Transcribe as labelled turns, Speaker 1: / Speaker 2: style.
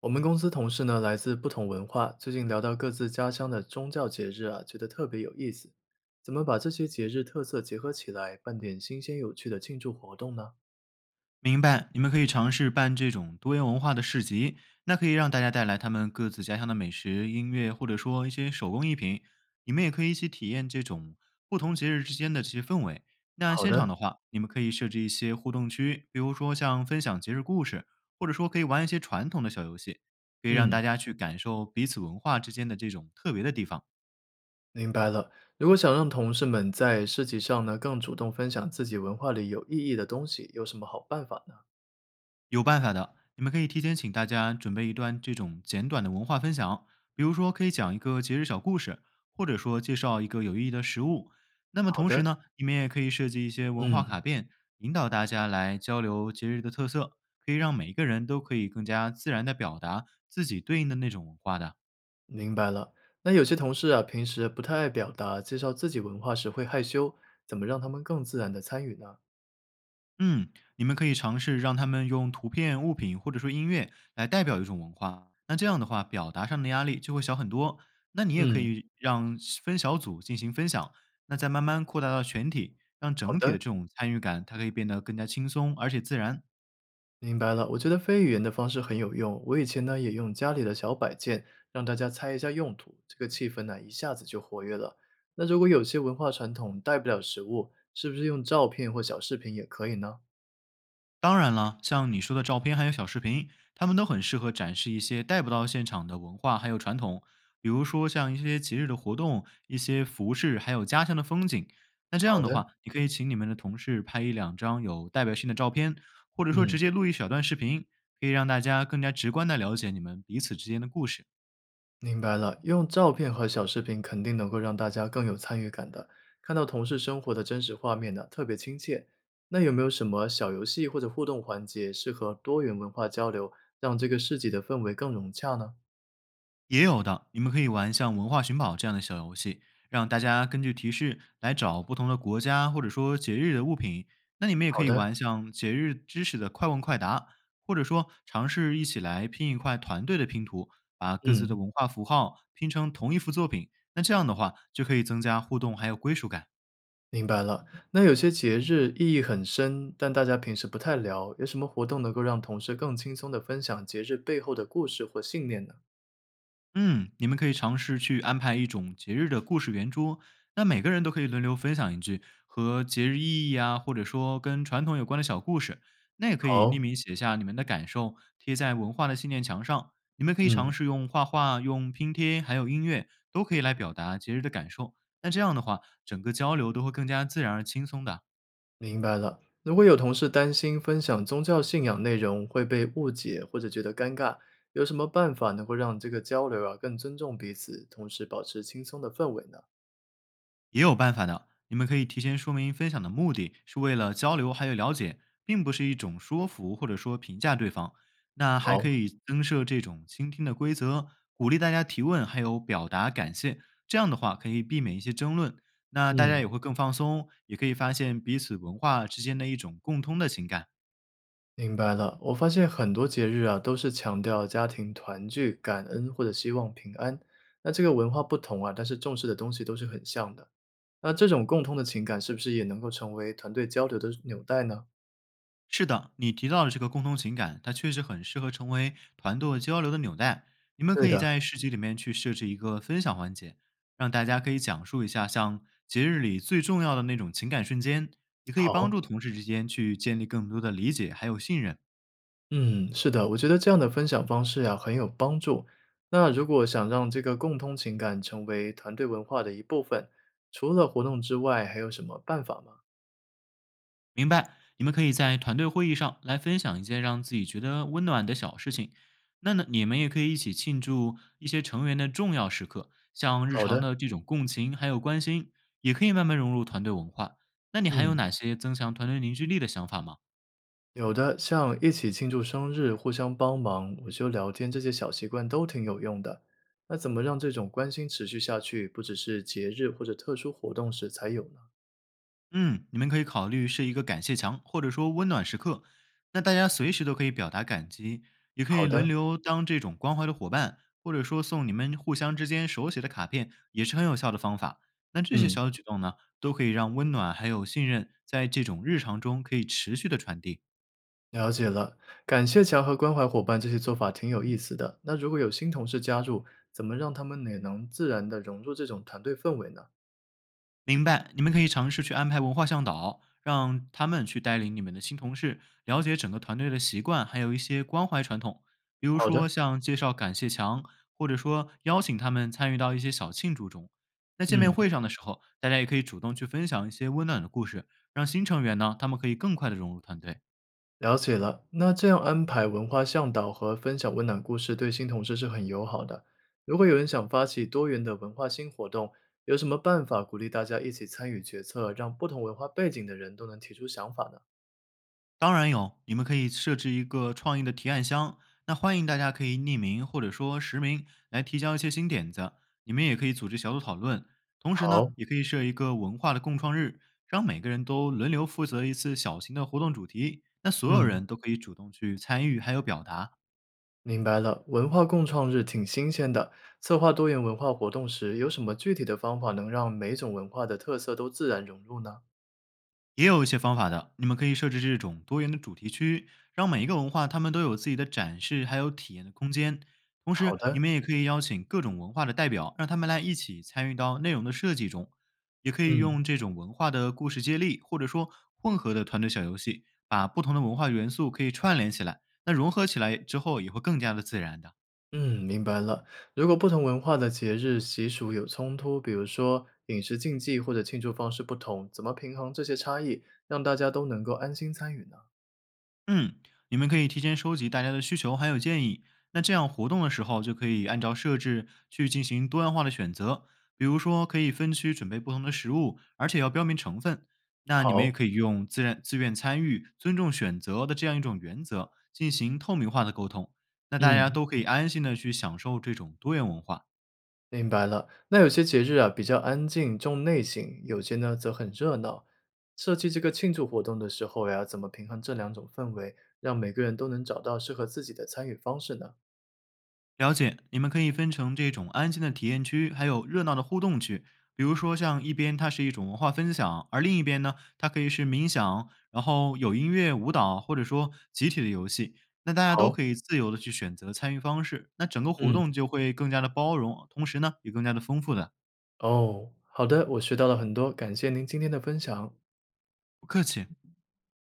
Speaker 1: 我们公司同事呢，来自不同文化，最近聊到各自家乡的宗教节日啊，觉得特别有意思。怎么把这些节日特色结合起来，办点新鲜有趣的庆祝活动呢？
Speaker 2: 明白，你们可以尝试办这种多元文化的市集，那可以让大家带来他们各自家乡的美食、音乐，或者说一些手工艺品。你们也可以一起体验这种不同节日之间的这些氛围。那
Speaker 1: 好
Speaker 2: 现场
Speaker 1: 的，
Speaker 2: 的话，你们可以设置一些互动区，比如说像分享节日故事，或者说可以玩一些传统的小游戏，可以让大
Speaker 1: 嗯，
Speaker 2: 家去感受彼此文化之间的这种特别的地方。
Speaker 1: 明白了。如果想让同事们在市集上呢更主动分享自己文化里有意义的东西，有什么好办法呢？
Speaker 2: 有办法的，你们可以提前请大家准备一段这种简短的文化分享，比如说可以讲一个节日小故事，或者说介绍一个有意义的食物。那么
Speaker 1: 好
Speaker 2: 同时
Speaker 1: 的，
Speaker 2: 呢，你们也可以设计一些文化
Speaker 1: 嗯，
Speaker 2: 卡片，引导大家来交流节日的特色，可以让每一个人都可以更加自然地表达自己对应的那种文化的。
Speaker 1: 明白了。那有些同事啊，平时不太爱表达，介绍自己文化时会害羞，怎么让他们更自然的参与呢？
Speaker 2: 嗯，你们可以尝试让他们用图片、物品或者说音乐来代表一种文化，那这样的话，表达上的压力就会小很多。那你也可
Speaker 1: 嗯，
Speaker 2: 以让分小组进行分享，那再慢慢扩大到全体，让
Speaker 1: 好
Speaker 2: 整体的
Speaker 1: 的。
Speaker 2: 这种参与感，它可以变得更加轻松而且自然。
Speaker 1: 明白了，我觉得非语言的方式很有用。我以前呢也用家里的小摆件，让大家猜一下用途，这个气氛呢一下子就活跃了。那如果有些文化传统带不了实物，是不是用照片或小视频也可以呢？
Speaker 2: 当然了，像你说的照片还有小视频，他们都很适合展示一些带不到现场的文化还有传统，比如说像一些节日的活动、一些服饰，还有家乡的风景。那这样
Speaker 1: 好
Speaker 2: 的
Speaker 1: 的，
Speaker 2: 话，你可以请你们的同事拍一两张有代表性的照片，或者说
Speaker 1: 嗯，
Speaker 2: 直接录一小段视频，可以让大家更加直观的了解你们彼此之间的故事。
Speaker 1: 明白了。用照片和小视频肯定能够让大家更有参与感的，看到同事生活的真实画面呢，特别亲切。那有没有什么小游戏或者互动环节适合多元文化交流，让这个市集的氛围更融洽呢？
Speaker 2: 也有的，你们可以玩像文化寻宝这样的小游戏，让大家根据提示来找不同的国家或者说节日的物品。那你们也
Speaker 1: 好
Speaker 2: 可以
Speaker 1: 的，
Speaker 2: 玩像节日知识的快问快答，或者说尝试一起来拼一块团队的拼图，把各自的
Speaker 1: 嗯。
Speaker 2: 文化符号拼成同一幅作品。那这样的话，就可以增加互动还有归属感。
Speaker 1: 明白了，那有些节日意义很深，但大家平时不太聊，有什么活动能够让同事更轻松地分享节日背后的故事或信念呢？
Speaker 2: 嗯，你们可以尝试去安排一种节日的故事圆桌，那每个人都可以轮流分享一句和节日意义啊，或者说跟传统有关的小故事。那也可以
Speaker 1: 好，
Speaker 2: 匿名写下你们的感受，贴在文化的纪念墙上。你们可以
Speaker 1: 嗯，
Speaker 2: 尝试用画画、用拼贴，还有音乐，都可以来表达节日的感受。那这样的话，整个交流都会更加自然而轻松的啊。
Speaker 1: 明白了。如果有同事担心分享宗教信仰内容会被误解或者觉得尴尬，有什么办法能够让这个交流啊更尊重彼此，同时保持轻松的氛围呢？
Speaker 2: 也有办法的。你们可以提前说明分享的目的是为了交流还有了解，并不是一种说服或者说评价对方。那还
Speaker 1: 好，
Speaker 2: 可以增设这种倾听的规则，鼓励大家提问，还有表达感谢。这样的话可以避免一些争论，那大家
Speaker 1: 嗯。
Speaker 2: 也会更放松，也可以发现彼此文化之间的一种共通的情感。
Speaker 1: 明白了，我发现很多节日啊，都是强调家庭团聚、感恩或者希望平安。那这个文化不同啊，但是重视的东西都是很像的。那这种共通的情感，是不是也能够成为团队交流的纽带呢？
Speaker 2: 是的，你提到的这个共同情感，它确实很适合成为团队交流的纽带。你们
Speaker 1: 对
Speaker 2: 可以
Speaker 1: 的，
Speaker 2: 在市集里面去设置一个分享环节，让大家可以讲述一下像节日里最重要的那种情感瞬间，也可以帮
Speaker 1: 好，
Speaker 2: 助同事之间去建立更多的理解还有信任。
Speaker 1: 嗯，是的，我觉得这样的分享方式呀、很有帮助。那如果想让这个共通情感成为团队文化的一部分，除了活动之外，还有什么办法吗？
Speaker 2: 明白，你们可以在团队会议上来分享一件让自己觉得温暖的小事情。那呢，你们也可以一起庆祝一些成员的重要时刻，像日
Speaker 1: 好
Speaker 2: 常
Speaker 1: 的，
Speaker 2: 的这种共情还有关心，也可以慢慢融入团队文化。那你还有
Speaker 1: 嗯。
Speaker 2: 哪些增强团队凝聚力的想法吗？
Speaker 1: 有的，像一起庆祝生日、互相帮忙、午休聊天，这些小习惯都挺有用的。那怎么让这种关心持续下去，不只是节日或者特殊活动时才有呢？
Speaker 2: 嗯，你们可以考虑是一个感谢墙，或者说温暖时刻。那大家随时都可以表达感激，也可
Speaker 1: 好
Speaker 2: 以轮
Speaker 1: 的，
Speaker 2: 流当这种关怀的伙伴，或者说送你们互相之间手写的卡片，也是很有效的方法。那这些
Speaker 1: 嗯，
Speaker 2: 小举动呢，都可以让温暖还有信任在这种日常中可以持续的传递。
Speaker 1: 了解了。感谢墙和关怀伙伴这些做法挺有意思的。那如果有新同事加入，怎么让他们也能自然的融入这种团队氛围呢？
Speaker 2: 明白，你们可以尝试去安排文化向导，让他们去带领你们的新同事了解整个团队的习惯，还有一些关怀传统，比如
Speaker 1: 好的，
Speaker 2: 说像介绍感谢墙，或者说邀请他们参与到一些小庆祝中。在见面
Speaker 1: 嗯。
Speaker 2: 会上的时候，大家也可以主动去分享一些温暖的故事，让新成员呢，他们可以更快的融入团队。
Speaker 1: 了解了，那这样安排文化向导和分享温暖故事，对新同事是很友好的。如果有人想发起多元的文化新活动，有什么办法鼓励大家一起参与决策，让不同文化背景的人都能提出想法呢？
Speaker 2: 当然有，你们可以设置一个创意的提案箱，那欢迎大家可以匿名或者说实名来提交一些新点子。你们也可以组织小组讨论，同时
Speaker 1: 好，
Speaker 2: 呢，也可以设一个文化的共创日，让每个人都轮流负责一次小型的活动主题，那所有
Speaker 1: 嗯，
Speaker 2: 人都可以主动去参与还有表达。
Speaker 1: 明白了。文化共创日挺新鲜的，策划多元文化活动时，有什么具体的方法能让每种文化的特色都自然融入呢？
Speaker 2: 也有一些方法的，你们可以设置这种多元的主题区，让每一个文化他们都有自己的展示还有体验的空间。同时，
Speaker 1: 好
Speaker 2: 你
Speaker 1: 的，
Speaker 2: 们也可以邀请各种文化的代表，让他们来一起参与到内容的设计中。也可以
Speaker 1: 嗯。
Speaker 2: 用这种文化的故事接力，或者说混合的团队小游戏，把不同的文化元素可以串联起来，那融合起来之后也会更加的自然的。
Speaker 1: 嗯，明白了。如果不同文化的节日习俗有冲突，比如说饮食禁忌或者庆祝方式不同，怎么平衡这些差异，让大家都能够安心参与呢？
Speaker 2: 嗯，你们可以提前收集大家的需求还有建议，那这样活动的时候就可以按照设置去进行多样化的选择，比如说可以分区准备不同的食物，而且要标明成分。那你们也
Speaker 1: 好，
Speaker 2: 可以用自然自愿参与、尊重选择的这样一种原则进行透明化的沟通，那大家
Speaker 1: 嗯，
Speaker 2: 都可以安心的去享受这种多元文化。
Speaker 1: 明白了。那有些节日啊比较安静，重内省，有些呢则很热闹。设计这个庆祝活动的时候呀，怎么平衡这两种氛围，让每个人都能找到适合自己的参与方式呢？
Speaker 2: 了解，你们可以分成这种安静的体验区，还有热闹的互动区。比如说，像一边它是一种文化分享，而另一边呢，它可以是冥想，然后有音乐、舞蹈，或者说集体的游戏。那大家都
Speaker 1: 好，
Speaker 2: 可以自由的去选择参与方式，那整个活
Speaker 1: 嗯，
Speaker 2: 动就会更加的包容，同时呢，也更加的丰富的。
Speaker 1: 哦，好的，我学到了很多，感谢您今天的分享。
Speaker 2: 不客气。